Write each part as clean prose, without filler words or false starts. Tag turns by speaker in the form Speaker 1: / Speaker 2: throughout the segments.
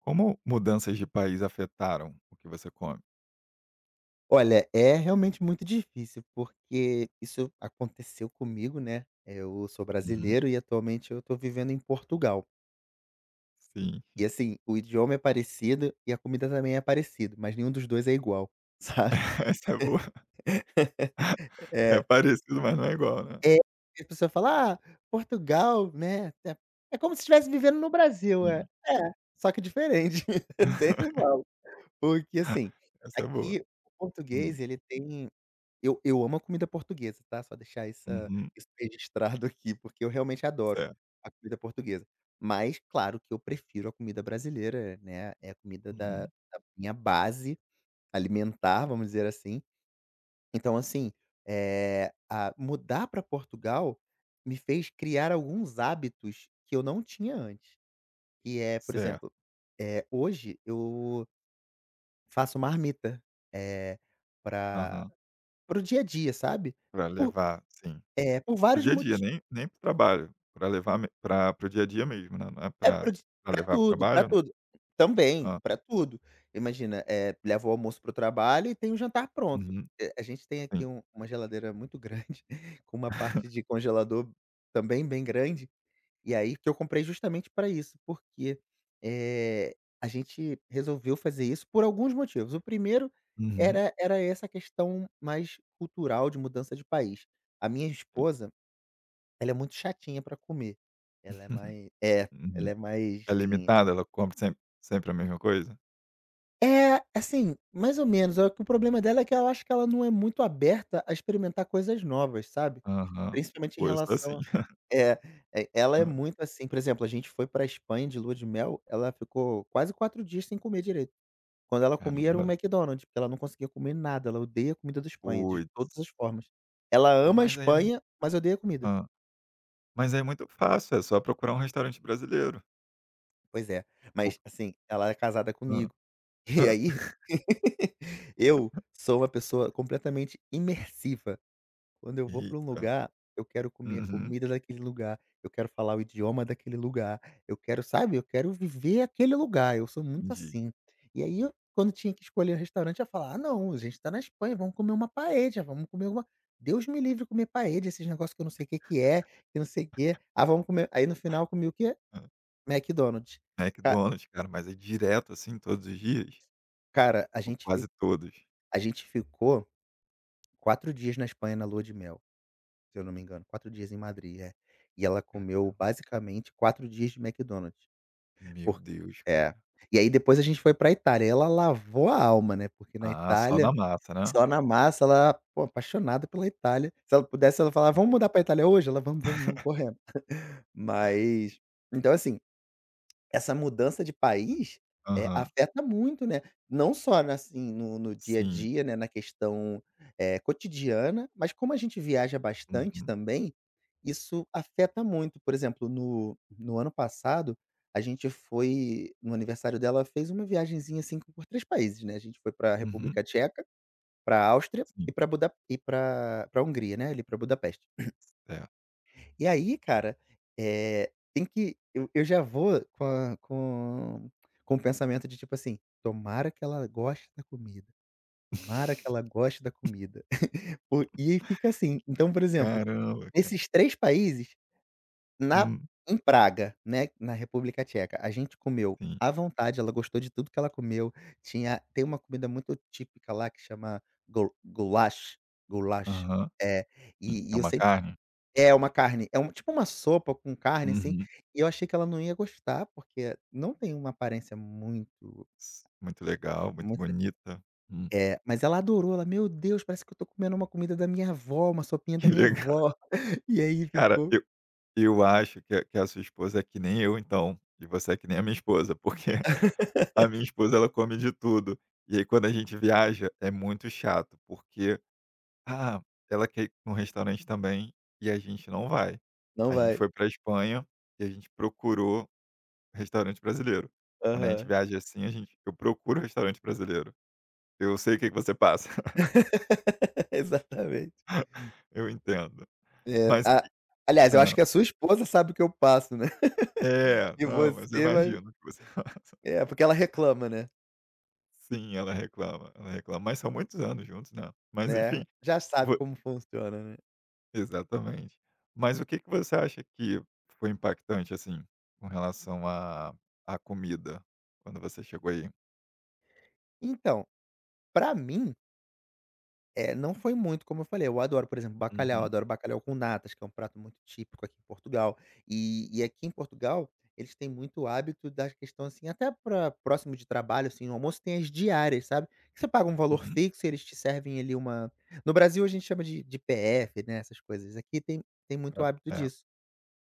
Speaker 1: Como mudanças de país afetaram o que você come?
Speaker 2: Olha, é realmente muito difícil, porque isso aconteceu comigo, né, eu sou
Speaker 1: Uhum,
Speaker 2: brasileiro e atualmente eu tô vivendo em Portugal.
Speaker 1: sim.
Speaker 2: E assim, o idioma é parecido e a comida também é parecida, mas nenhum dos 2 é igual, sabe.
Speaker 1: Essa é boa. É
Speaker 2: É,
Speaker 1: parecido, mas não é igual, né.
Speaker 2: é, a pessoa fala: "Ah, Portugal, né, é como se estivesse vivendo no Brasil", é.
Speaker 1: Sim.
Speaker 2: É, só que diferente, sempre igual. Porque assim,
Speaker 1: Essa é boa.
Speaker 2: aqui o
Speaker 1: Hum,
Speaker 2: português ele tem. Eu amo a comida portuguesa, tá, só deixar essa
Speaker 1: uhum,
Speaker 2: isso registrado aqui, porque eu realmente adoro
Speaker 1: certo.
Speaker 2: a comida portuguesa. Mas claro que eu prefiro a comida brasileira, né, é a comida da
Speaker 1: Uhum,
Speaker 2: da minha base alimentar, vamos dizer assim. Então assim, é a mudar para Portugal me fez criar alguns hábitos que eu não tinha antes, que é, por
Speaker 1: certo.
Speaker 2: exemplo, hoje eu faço marmita, eh, pra
Speaker 1: Aham.
Speaker 2: para o dia a dia, sabe.
Speaker 1: Pra
Speaker 2: Por
Speaker 1: levar, sim.
Speaker 2: É, por
Speaker 1: Pro
Speaker 2: vários
Speaker 1: dia a dia,
Speaker 2: motivos
Speaker 1: nem pro trabalho, pra levar me pra para o dia a dia mesmo, né, não é
Speaker 2: é
Speaker 1: pra
Speaker 2: pro di
Speaker 1: pra
Speaker 2: pra
Speaker 1: levar pro
Speaker 2: tudo, pra
Speaker 1: trabalho, não?
Speaker 2: tudo. Também,
Speaker 1: Hã.
Speaker 2: pra tudo. Imagina, leva o almoço para o trabalho e tem o jantar pronto.
Speaker 1: Uhum,
Speaker 2: A gente tem aqui
Speaker 1: sim.
Speaker 2: uma geladeira muito grande, com uma parte de congelador também bem grande, e aí que eu comprei justamente para isso, porque, eh, a gente resolveu fazer isso por alguns motivos. O primeiro
Speaker 1: Uhum,
Speaker 2: era essa questão mais cultural de mudança de país. A minha
Speaker 1: sim.
Speaker 2: esposa. Ela é muito chatinha pra comer. Ela é mais é,
Speaker 1: Uhum.
Speaker 2: ela é mais
Speaker 1: É
Speaker 2: tem
Speaker 1: limitada? Ela compra sempre a mesma coisa?
Speaker 2: É, assim, mais ou menos, é que o problema dela é que eu acho que ela não é muito aberta a experimentar coisas novas, sabe.
Speaker 1: Aham.
Speaker 2: Principalmente em
Speaker 1: Pô, eu sou assim.
Speaker 2: relação. é, Ela é
Speaker 1: Hã.
Speaker 2: muito assim, por exemplo, a gente foi pra Espanha de lua de mel, ela ficou quase 4 dias sem comer direito. Quando ela comia era um
Speaker 1: Caramba.
Speaker 2: McDonald's, porque ela não conseguia comer nada, ela odeia a comida da Espanha, de todas as
Speaker 1: Puts.
Speaker 2: formas. Ela ama a
Speaker 1: Mas aí é mui
Speaker 2: Espanha, mas odeia a comida.
Speaker 1: Hã. Mas aí é muito fácil, é só procurar um restaurante brasileiro.
Speaker 2: Pois é,
Speaker 1: Por
Speaker 2: mas, assim, ela é casada
Speaker 1: hã.
Speaker 2: comigo. E aí, eu sou uma pessoa completamente imersiva. Quando eu vou para um
Speaker 1: Eita.
Speaker 2: lugar, eu quero comer a
Speaker 1: Uhum.
Speaker 2: comida daquele lugar, eu quero falar o idioma daquele lugar, eu quero, sabe, eu quero viver aquele lugar, eu sou muito
Speaker 1: Entendi.
Speaker 2: assim. E aí eu quando tinha que escolher um restaurante, eu ia falar: "Ah não, a gente tá na Espanha, vamos comer uma paella, vamos comer uma. Deus me livre comer paella, esses negócios que eu não sei o que que é, que não sei o quê. Ah, vamos comer", aí no final eu comi o quê?
Speaker 1: Hã.
Speaker 2: McDonald's. Ca
Speaker 1: McDonald's, cara, mas é direto, assim, todos os dias?
Speaker 2: Cara,
Speaker 1: Ou quase todos?
Speaker 2: a gente ficou 4 dias na Espanha na lua de mel, se eu não me engano, 4 dias em Madrid, é. E ela
Speaker 1: É.
Speaker 2: comeu basicamente 4 dias de McDonald's,
Speaker 1: Meu
Speaker 2: por
Speaker 1: Deus,
Speaker 2: é.
Speaker 1: cara.
Speaker 2: E aí depois a gente foi pra Itália, e ela lavou a alma, né, porque na
Speaker 1: Ah, só
Speaker 2: Itália,
Speaker 1: na massa, né.
Speaker 2: só na massa, ela, pô, apaixonada pela Itália. Se ela pudesse, ela falava: "Vamos mudar pra Itália hoje?" Ela: "Vamos, vamos, vamos, correndo". Mas então assim, essa mudança de país,
Speaker 1: Aham.
Speaker 2: afeta muito, né, não só na assim, no dia a
Speaker 1: Sim.
Speaker 2: dia, né, na questão, cotidiana, mas como a gente viaja bastante
Speaker 1: Uhum.
Speaker 2: também, isso afeta muito. Por exemplo, no ano passado, a gente foi no aniversário dela fez uma viagenzinha, assim, por 3 países, né, a gente foi para a
Speaker 1: Uhum.
Speaker 2: República Tcheca, para a Áustria
Speaker 1: Sim.
Speaker 2: e para Buda e para pra Hungria, né, ali para Budapeste.
Speaker 1: Certo.
Speaker 2: E aí, cara, tem que eu já vou com a com com o pensamento de tipo assim: "Tomara que ela goste da comida, tomara que ela goste da comida". O e aí fica assim. Então, por exemplo,
Speaker 1: Caramba, cara.
Speaker 2: nesses 3 países, na
Speaker 1: Hum.
Speaker 2: em Praga, né, na República Tcheca, a gente comeu
Speaker 1: Sim.
Speaker 2: à vontade, ela gostou de tudo que ela comeu. Tinha tem uma comida muito típica lá que chama gul goulash, goulash.
Speaker 1: Aham.
Speaker 2: É,
Speaker 1: Sim.
Speaker 2: e
Speaker 1: É
Speaker 2: e eu
Speaker 1: uma
Speaker 2: sempre
Speaker 1: carne?
Speaker 2: é uma carne, é um tipo uma sopa com carne, assim,
Speaker 1: Uhum.
Speaker 2: e eu achei que ela não ia gostar, porque não tem uma aparência muito
Speaker 1: Muito legal, muito
Speaker 2: muito,
Speaker 1: bonita. Hum,
Speaker 2: mas ela adorou, ela: "Meu Deus, parece que eu tô comendo uma comida da minha avó, uma sopinha
Speaker 1: que
Speaker 2: da minha
Speaker 1: legal.
Speaker 2: avó". E aí
Speaker 1: Cara,
Speaker 2: ficou.
Speaker 1: eu eu acho que a sua esposa é que nem eu então, e você é que nem a minha esposa, porque a minha esposa ela come de tudo. E aí quando a gente viaja, é muito chato, porque, ah, ela quer ir num restaurante também, e a gente não vai.
Speaker 2: Não
Speaker 1: A gente
Speaker 2: vai.
Speaker 1: foi para Espanha, e a gente procurou restaurante brasileiro. Quando a gente
Speaker 2: Aham.
Speaker 1: viaja assim, a gente eu procuro restaurante brasileiro. Eu sei o que que você passa,
Speaker 2: Exatamente.
Speaker 1: eu entendo.
Speaker 2: É,
Speaker 1: Mas
Speaker 2: a aliás, eu acho que a sua esposa sabe o que eu passo, né.
Speaker 1: é,
Speaker 2: E
Speaker 1: não, mas eu
Speaker 2: você vai.
Speaker 1: imagino que você
Speaker 2: É, porque ela reclama, né.
Speaker 1: Sim, ela reclama, mas são muitos anos juntos, né. Mas
Speaker 2: É,
Speaker 1: enfim,
Speaker 2: já sabe
Speaker 1: vo
Speaker 2: como funciona, né.
Speaker 1: exatamente. Mas o que que você acha que foi impactante, assim, com relação à à comida, quando você chegou aí?
Speaker 2: Então, pra mim. É, não foi muito, como eu falei, eu adoro, por exemplo, bacalhau,
Speaker 1: Uhum,
Speaker 2: adoro bacalhau com natas, que é um prato muito típico aqui em Portugal. E aqui em Portugal, eles têm muito hábito da questão, assim, até para próximo de trabalho, assim, no almoço tem as diárias, sabe, que você paga um valor
Speaker 1: uhum.
Speaker 2: fixo e eles te servem ali uma. No Brasil a gente chama de PF, né, essas coisas, aqui tem muito
Speaker 1: Pra
Speaker 2: hábito
Speaker 1: é,
Speaker 2: disso.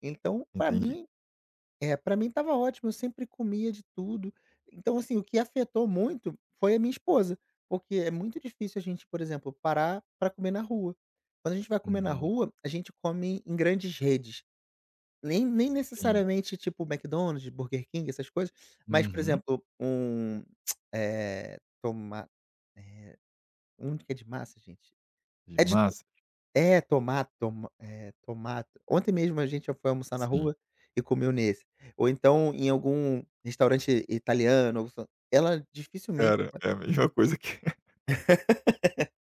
Speaker 2: Então, para
Speaker 1: entendi.
Speaker 2: mim é, pra mim tava ótimo, eu sempre comia de tudo. Então, assim, o que afetou muito foi a minha esposa, porque é muito difícil a gente, por exemplo, parar pra comer na rua. Quando a gente vai comer na
Speaker 1: Uhum.
Speaker 2: rua, a gente come em grandes redes. Nem
Speaker 1: Sim.
Speaker 2: necessariamente tipo McDonald's, Burger King, essas coisas, mas, por
Speaker 1: Uhum.
Speaker 2: exemplo, um, é toma um que é de massa, gente.
Speaker 1: De
Speaker 2: É de
Speaker 1: massa?
Speaker 2: é, tomate toma eh, Tomate ontem mesmo a gente já foi almoçar na
Speaker 1: Sim.
Speaker 2: rua e comeu nesse. Ou então em algum restaurante italiano ou so ela dificilmente
Speaker 1: Cara, é a mesma coisa que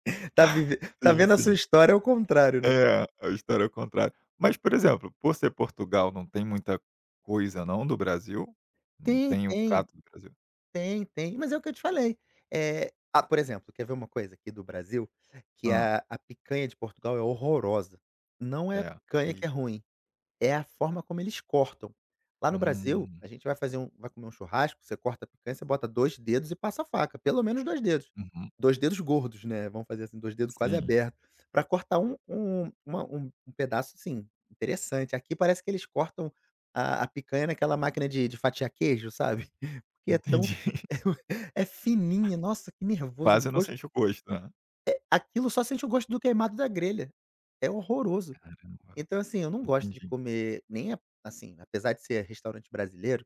Speaker 2: tá
Speaker 1: Sim,
Speaker 2: vendo a sua
Speaker 1: sim.
Speaker 2: história ao contrário, né.
Speaker 1: É, a história é o contrário. Mas, por exemplo, por ser Portugal, não tem muita coisa não do Brasil? Não
Speaker 2: Tem,
Speaker 1: tem o
Speaker 2: tem,
Speaker 1: prato do Brasil?
Speaker 2: tem, tem, mas é o que eu te falei, por exemplo, quer ver uma coisa aqui do Brasil? Que
Speaker 1: Hã,
Speaker 2: a picanha de Portugal é horrorosa. Não é a
Speaker 1: é.
Speaker 2: picanha que
Speaker 1: E
Speaker 2: é ruim. É a forma como eles cortam. Lá no Brasil,
Speaker 1: hum,
Speaker 2: a gente vai comer um churrasco, você corta a picanha, você bota dois dedos e passa a faca, pelo menos 2 dedos.
Speaker 1: uhum,
Speaker 2: Dois dedos gordos, né, vamos fazer assim, 2 dedos quase
Speaker 1: sim,
Speaker 2: abertos, para cortar um um uma um um pedaço, assim, interessante. Aqui parece que eles cortam a picanha naquela máquina de fatiar queijo, sabe. Porque é tão.
Speaker 1: entendi.
Speaker 2: É fininha, nossa, que nervoso, o
Speaker 1: Quase não
Speaker 2: gosto
Speaker 1: sente o gosto, né.
Speaker 2: é aquilo, só sente o gosto do queimado da grelha. É horroroso.
Speaker 1: Caramba,
Speaker 2: Então, assim, eu não gosto de
Speaker 1: entendi.
Speaker 2: comer nem a assim, apesar de ser restaurante brasileiro,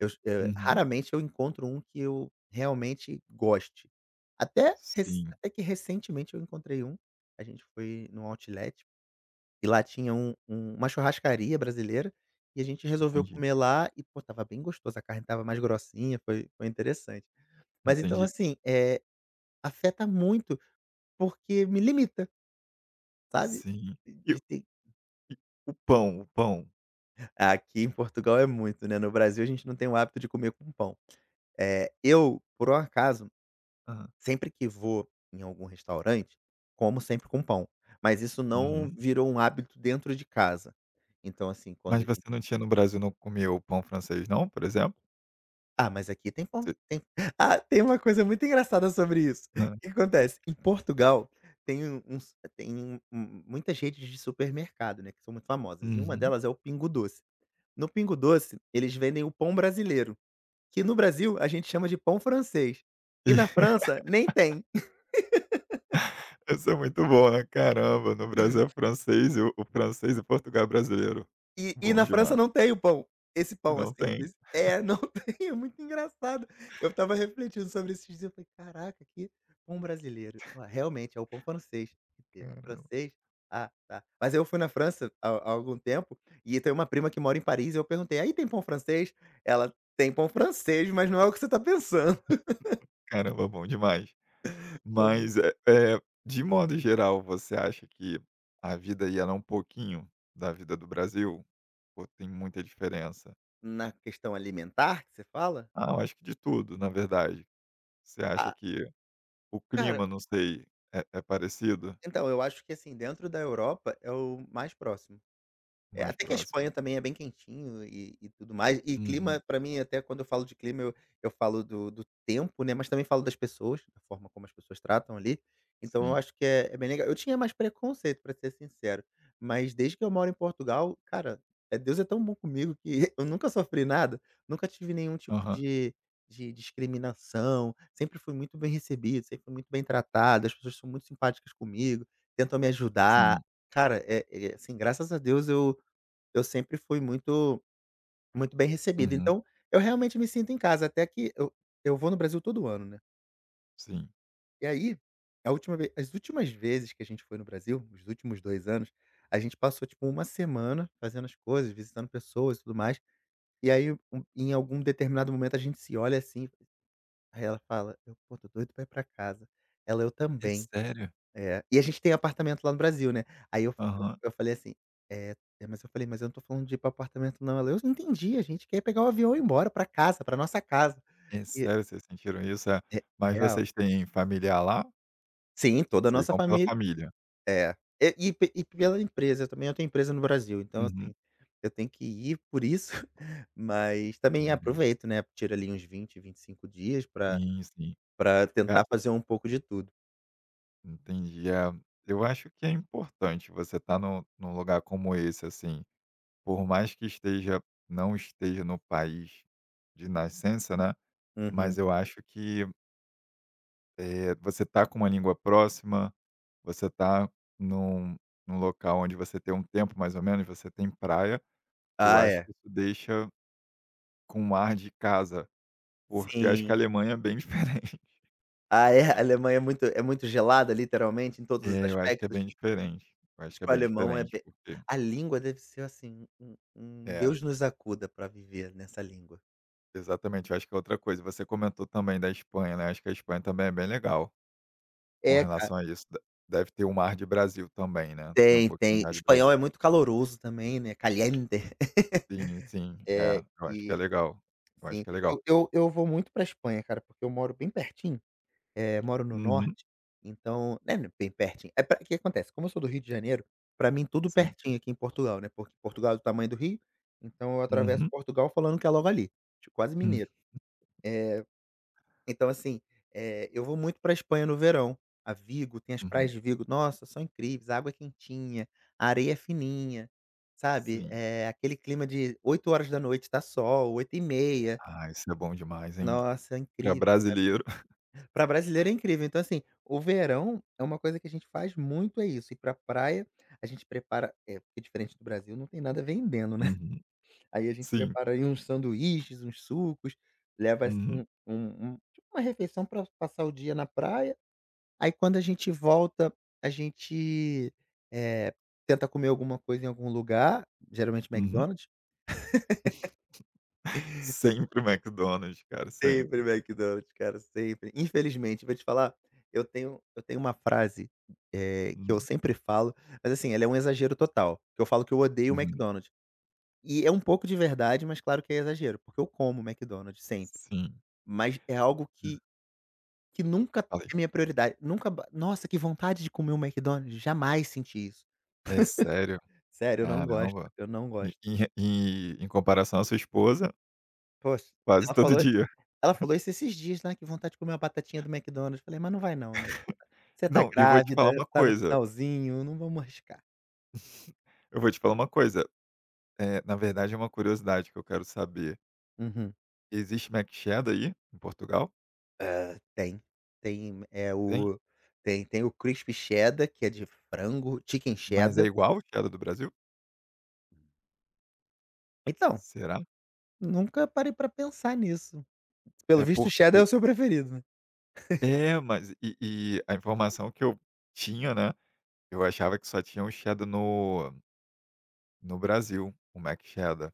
Speaker 1: Uhum.
Speaker 2: raramente eu encontro um que eu realmente goste. Até rec
Speaker 1: Sim,
Speaker 2: até que recentemente eu encontrei um, a gente foi no outlet, e lá tinha uma churrascaria brasileira, e a gente resolveu
Speaker 1: entendi,
Speaker 2: comer lá e, pô, estava bem gostoso, a carne tava mais grossinha, foi interessante. Mas então,
Speaker 1: entendi.
Speaker 2: assim, afeta muito, porque me limita, sabe?
Speaker 1: Sim. E o
Speaker 2: De ter.
Speaker 1: e o pão, o pão?
Speaker 2: Aqui em Portugal é muito, né, no Brasil a gente não tem o hábito de comer com pão. Eu, por um acaso,
Speaker 1: Hã.
Speaker 2: sempre que vou em algum restaurante, como sempre com pão, mas isso não
Speaker 1: Uhum.
Speaker 2: virou um hábito dentro de casa. Então, assim, quando
Speaker 1: Mas
Speaker 2: a
Speaker 1: você
Speaker 2: gente.
Speaker 1: não tinha no Brasil, não comeu o pão francês não, por exemplo?
Speaker 2: "Ah, mas aqui tem pão,
Speaker 1: Você
Speaker 2: tem". Ah, tem uma coisa muito engraçada sobre isso. O
Speaker 1: hã.
Speaker 2: que acontece, em Portugal tem um uns tem um um muitas redes de supermercado, né, que são muito famosas, e uma
Speaker 1: Uhum.
Speaker 2: delas é o Pingo Doce. No Pingo Doce, eles vendem o pão brasileiro. Que no Brasil a gente chama de pão francês, e
Speaker 1: E
Speaker 2: na França nem tem.
Speaker 1: Isso é muito bom, né, caramba, no Brasil é francês e o francês e Portugal é brasileiro.
Speaker 2: E
Speaker 1: Bom
Speaker 2: na
Speaker 1: demais,
Speaker 2: França não tem o pão, esse
Speaker 1: e
Speaker 2: pão,
Speaker 1: não
Speaker 2: assim,
Speaker 1: tem.
Speaker 2: desse é, não tem, é muito engraçado. Eu estava refletindo sobre esses dias, eu falei: "Caraca, que pão brasileiro". Ah, realmente é o pão francês, que
Speaker 1: Caramba,
Speaker 2: francês? Ah, tá. Mas eu fui na França há algum tempo, e tem uma prima que mora em Paris, e eu perguntei: "Aí tem pão francês?" Ela: "Tem pão francês, mas não é o que você está pensando".
Speaker 1: caramba, bom demais.
Speaker 2: Foi muito
Speaker 1: Mas, de modo geral, você acha que a vida ia ela é um pouquinho da vida do Brasil? Ou tem muita diferença?
Speaker 2: na questão alimentar que você fala?
Speaker 1: Ah, eu acho que de tudo, na verdade. Você acha
Speaker 2: Ah,
Speaker 1: que o
Speaker 2: cara,
Speaker 1: clima, não sei, é parecido?
Speaker 2: então, eu acho que, assim, dentro da Europa é o mais próximo. É,
Speaker 1: Mais
Speaker 2: até que a
Speaker 1: próximo,
Speaker 2: Espanha
Speaker 1: né.
Speaker 2: também é bem quentinho e tudo mais. E
Speaker 1: Uhum,
Speaker 2: clima, pra mim, até quando eu falo de clima, eu falo do tempo, né, mas também falo das pessoas, da forma como as pessoas tratam ali. Então eu
Speaker 1: sim.
Speaker 2: acho que é bem legal. Eu tinha mais preconceito, pra ser sincero, mas desde que eu moro em Portugal, cara, Deus é tão bom comigo que eu nunca sofri nada, nunca tive nenhum tipo
Speaker 1: Aham,
Speaker 2: de discriminação, sempre fui muito bem recebido, sempre fui muito bem tratado, as pessoas são muito simpáticas comigo, tentam me ajudar.
Speaker 1: sim.
Speaker 2: Cara, assim, graças a Deus eu sempre fui muito muito bem recebido,
Speaker 1: Uhum,
Speaker 2: então eu realmente me sinto em casa, até que eu vou no Brasil todo ano, né.
Speaker 1: sim.
Speaker 2: E aí, a última ve as últimas vezes que a gente foi no Brasil, os últimos 2 anos, a gente passou, tipo, uma semana fazendo as coisas, visitando pessoas e tudo mais, e aí em algum determinado momento a gente se olha assim, aí ela fala: "Eu, pô, tô doido pra ir pra casa". Ela: "Eu
Speaker 1: É
Speaker 2: também".
Speaker 1: sério?
Speaker 2: É, e a gente tem apartamento lá no Brasil, né. Aí eu eu
Speaker 1: Aham.
Speaker 2: eu falei assim: "Eh, mas eu falei: "Mas eu não tô falando de ir pra apartamento não". Ela: "Eu entendi, a gente quer pegar o avião e ir embora pra casa, pra nossa casa".
Speaker 1: É
Speaker 2: E
Speaker 1: sério, vocês sentiram isso? É.
Speaker 2: re
Speaker 1: Mas
Speaker 2: real.
Speaker 1: vocês têm familiar lá?
Speaker 2: Sim, toda a
Speaker 1: Vocês
Speaker 2: nossa
Speaker 1: vão pela
Speaker 2: família
Speaker 1: família?
Speaker 2: é. E pela empresa eu também, eu tenho empresa no Brasil, então
Speaker 1: Uhum.
Speaker 2: assim, eu tenho que ir por isso, mas também
Speaker 1: Caramba.
Speaker 2: aproveito, né, tiro ali uns 20, 25 dias pra
Speaker 1: Sim, sim. Cara,
Speaker 2: tentar fazer um pouco de tudo.
Speaker 1: entendi. É, eu acho que é importante você estar num lugar como esse, assim, por mais que esteja não esteja no país de nascença, né, mas
Speaker 2: Uhum.
Speaker 1: eu acho que, eh, você tá com uma língua próxima, você tá num num local onde você tem um tempo mais ou menos, você tem praia, eu
Speaker 2: Ah,
Speaker 1: acho que
Speaker 2: é.
Speaker 1: isso deixa com um ar de casa. Porque eu acho que a
Speaker 2: Sim.
Speaker 1: Alemanha é bem diferente.
Speaker 2: Ah, é? A Alemanha é muito gelada, literalmente, em todos os
Speaker 1: É, eu acho que é
Speaker 2: aspectos?
Speaker 1: bem diferente. Eu acho
Speaker 2: Acho
Speaker 1: que é
Speaker 2: que o
Speaker 1: bem
Speaker 2: alemão é
Speaker 1: diferente,
Speaker 2: be
Speaker 1: porque
Speaker 2: a língua deve ser, assim, um
Speaker 1: é,
Speaker 2: Deus nos acuda para viver nessa língua.
Speaker 1: exatamente, eu acho que é outra coisa. Você comentou também da Espanha, né, eu acho que a Espanha também é bem legal com
Speaker 2: É, cara.
Speaker 1: relação a isso. De deve ter um mar de Brasil também, né, tem um
Speaker 2: Tem,
Speaker 1: pouquinho de
Speaker 2: tem.
Speaker 1: mar de
Speaker 2: Espanhol
Speaker 1: Brasil.
Speaker 2: é muito caloroso também, né, caliente.
Speaker 1: Sim, sim, é,
Speaker 2: É,
Speaker 1: eu acho que é
Speaker 2: e
Speaker 1: legal. Eu acho
Speaker 2: sim.
Speaker 1: que é legal.
Speaker 2: Eu vou muito pra Espanha, cara, porque eu moro bem pertinho. Moro no
Speaker 1: Uhum,
Speaker 2: norte, então né, né, bem pertinho. É pra o que acontece, como eu sou do Rio de Janeiro, pra mim tudo
Speaker 1: sim.
Speaker 2: pertinho aqui em Portugal, né, porque Portugal é do tamanho do Rio, então eu atravesso
Speaker 1: Uhum,
Speaker 2: Portugal falando que é logo ali, tipo quase
Speaker 1: hum,
Speaker 2: mineiro. Eh, então assim, eu vou muito pra Espanha no verão, a Vigo, tem as praias
Speaker 1: uhum,
Speaker 2: de Vigo, nossa, são incríveis, a água é quentinha, a areia é fininha, sabe,
Speaker 1: sim.
Speaker 2: aquele clima de 8 horas da noite tá sol, 8h30
Speaker 1: Ah, isso é bom demais, hein.
Speaker 2: nossa, é
Speaker 1: Pra
Speaker 2: incrível.
Speaker 1: brasileiro.
Speaker 2: Pra brasileiro é incrível. Então, assim, o verão é uma coisa que a gente faz muito é isso, ir pra praia, a gente prepara é, porque diferente do Brasil não tem nada vendendo, né.
Speaker 1: Uhum,
Speaker 2: Aí a gente
Speaker 1: sim.
Speaker 2: prepara aí uns sanduíches, uns sucos, leva, assim,
Speaker 1: Uhum,
Speaker 2: um tipo uma refeição pra passar o dia na praia, aí quando a gente volta, a gente, eh, tenta comer alguma coisa em algum lugar, geralmente
Speaker 1: uhum.
Speaker 2: McDonald's.
Speaker 1: Sempre McDonald's, cara,
Speaker 2: Sempre
Speaker 1: sempre.
Speaker 2: McDonald's, cara, sempre. Infelizmente, vou te falar, eu tenho uma frase, que eu
Speaker 1: Hum,
Speaker 2: sempre falo, mas assim, ela é um exagero total, que eu falo que eu odeio o
Speaker 1: uhum.
Speaker 2: McDonald's. E é um pouco de verdade, mas claro que é exagero, porque eu como McDonald's sempre,
Speaker 1: Sim.
Speaker 2: mas é algo
Speaker 1: Hã,
Speaker 2: que nunca
Speaker 1: falei.
Speaker 2: é minha prioridade, nunca ba nossa, que vontade de comer um McDonald's, jamais senti isso.
Speaker 1: É sério?
Speaker 2: Sério, eu não gosto,
Speaker 1: Caramba.
Speaker 2: eu não
Speaker 1: E
Speaker 2: gosto.
Speaker 1: em comparação à sua esposa,
Speaker 2: Poxa,
Speaker 1: quase
Speaker 2: ela
Speaker 1: todo
Speaker 2: falou
Speaker 1: dia.
Speaker 2: Ela falou isso esses dias, né: "Que vontade de comer uma batatinha do McDonald's". Falei: "Mas não vai não, né, você tá
Speaker 1: Não, e vou te falar
Speaker 2: grávida,
Speaker 1: uma
Speaker 2: tá no
Speaker 1: coisa,
Speaker 2: finalzinho, não vamos arriscar".
Speaker 1: eu vou te falar uma coisa, na verdade é uma curiosidade que eu quero saber.
Speaker 2: Uhum.
Speaker 1: Existe Mac Cheddar aí, em Portugal?
Speaker 2: Hã, tem. Tem, é
Speaker 1: Tem?
Speaker 2: o tem tem o crispy cheddar, que é de frango, chicken
Speaker 1: Mas é
Speaker 2: cheddar.
Speaker 1: igual o Cheddar do Brasil?
Speaker 2: Então,
Speaker 1: Será?
Speaker 2: nunca parei pra pensar nisso. Pelo
Speaker 1: É
Speaker 2: visto o
Speaker 1: porque
Speaker 2: cheddar é o seu preferido, né?
Speaker 1: é, mas a informação que eu tinha, né, eu achava que só tinha o Cheddar no no Brasil, o Mac Cheddar.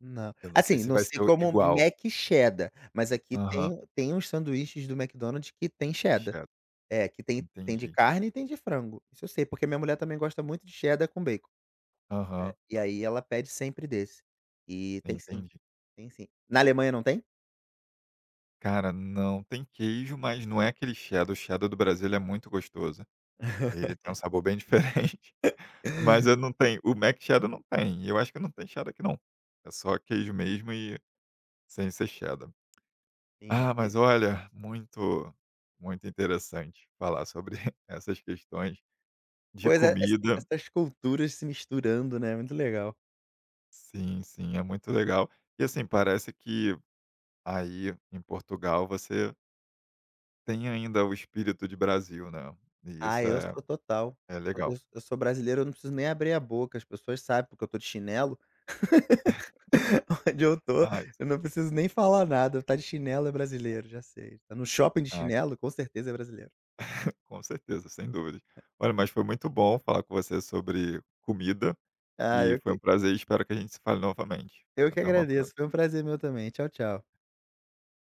Speaker 2: Não.
Speaker 1: Eu não sei
Speaker 2: Assim,
Speaker 1: se
Speaker 2: não
Speaker 1: vai ser
Speaker 2: sei
Speaker 1: o
Speaker 2: como
Speaker 1: igual.
Speaker 2: Mac cheddar, mas aqui
Speaker 1: Aham.
Speaker 2: tem uns sanduíches do McDonald's que tem cheddar.
Speaker 1: Recheado,
Speaker 2: É, que tem de
Speaker 1: entendi.
Speaker 2: carne e tem de frango. Isso eu sei, porque minha mulher também gosta muito de cheddar com bacon.
Speaker 1: Aham,
Speaker 2: É, e aí ela pede sempre desse. E tem sim,
Speaker 1: entendi.
Speaker 2: tem sim. Na Alemanha não tem?
Speaker 1: Cara, não, tem queijo, mas não é aquele cheddar, o cheddar do Brasil, ele é muito gostoso. Ele tem um sabor bem diferente, mas eu não tenho o Mac Cheddar não tem, eu acho que não tem cheddar aqui não. É só queijo mesmo e sem ser cheddar. Ah, mas
Speaker 2: Entendi.
Speaker 1: olha, muito, muito interessante falar sobre essas questões de
Speaker 2: Pois é, essa
Speaker 1: comida.
Speaker 2: essas culturas se misturando, né, muito legal.
Speaker 1: Sim, sim, é muito legal. E assim, parece que aí, em Portugal, você tem ainda o espírito de Brasil, né, e
Speaker 2: Ah,
Speaker 1: isso
Speaker 2: eu
Speaker 1: é
Speaker 2: sou total.
Speaker 1: é
Speaker 2: Eu
Speaker 1: legal.
Speaker 2: eu sou brasileiro, eu não preciso nem abrir a boca, as pessoas sabem, porque eu tô de chinelo. Onde eu tô,
Speaker 1: Ah, isso
Speaker 2: eu não preciso nem falar nada, tá de chinelo é brasileiro, já sei. Tá no shopping de
Speaker 1: ah,
Speaker 2: chinelo, com certeza é brasileiro.
Speaker 1: com certeza, sem dúvidas. Olha, mas foi muito bom falar com você sobre comida,
Speaker 2: Ah,
Speaker 1: e
Speaker 2: eu
Speaker 1: foi um
Speaker 2: que
Speaker 1: prazer, espero que a gente se fale novamente.
Speaker 2: eu que
Speaker 1: Até uma
Speaker 2: agradeço, foi
Speaker 1: próxima.
Speaker 2: um prazer meu também. Tchau, tchau.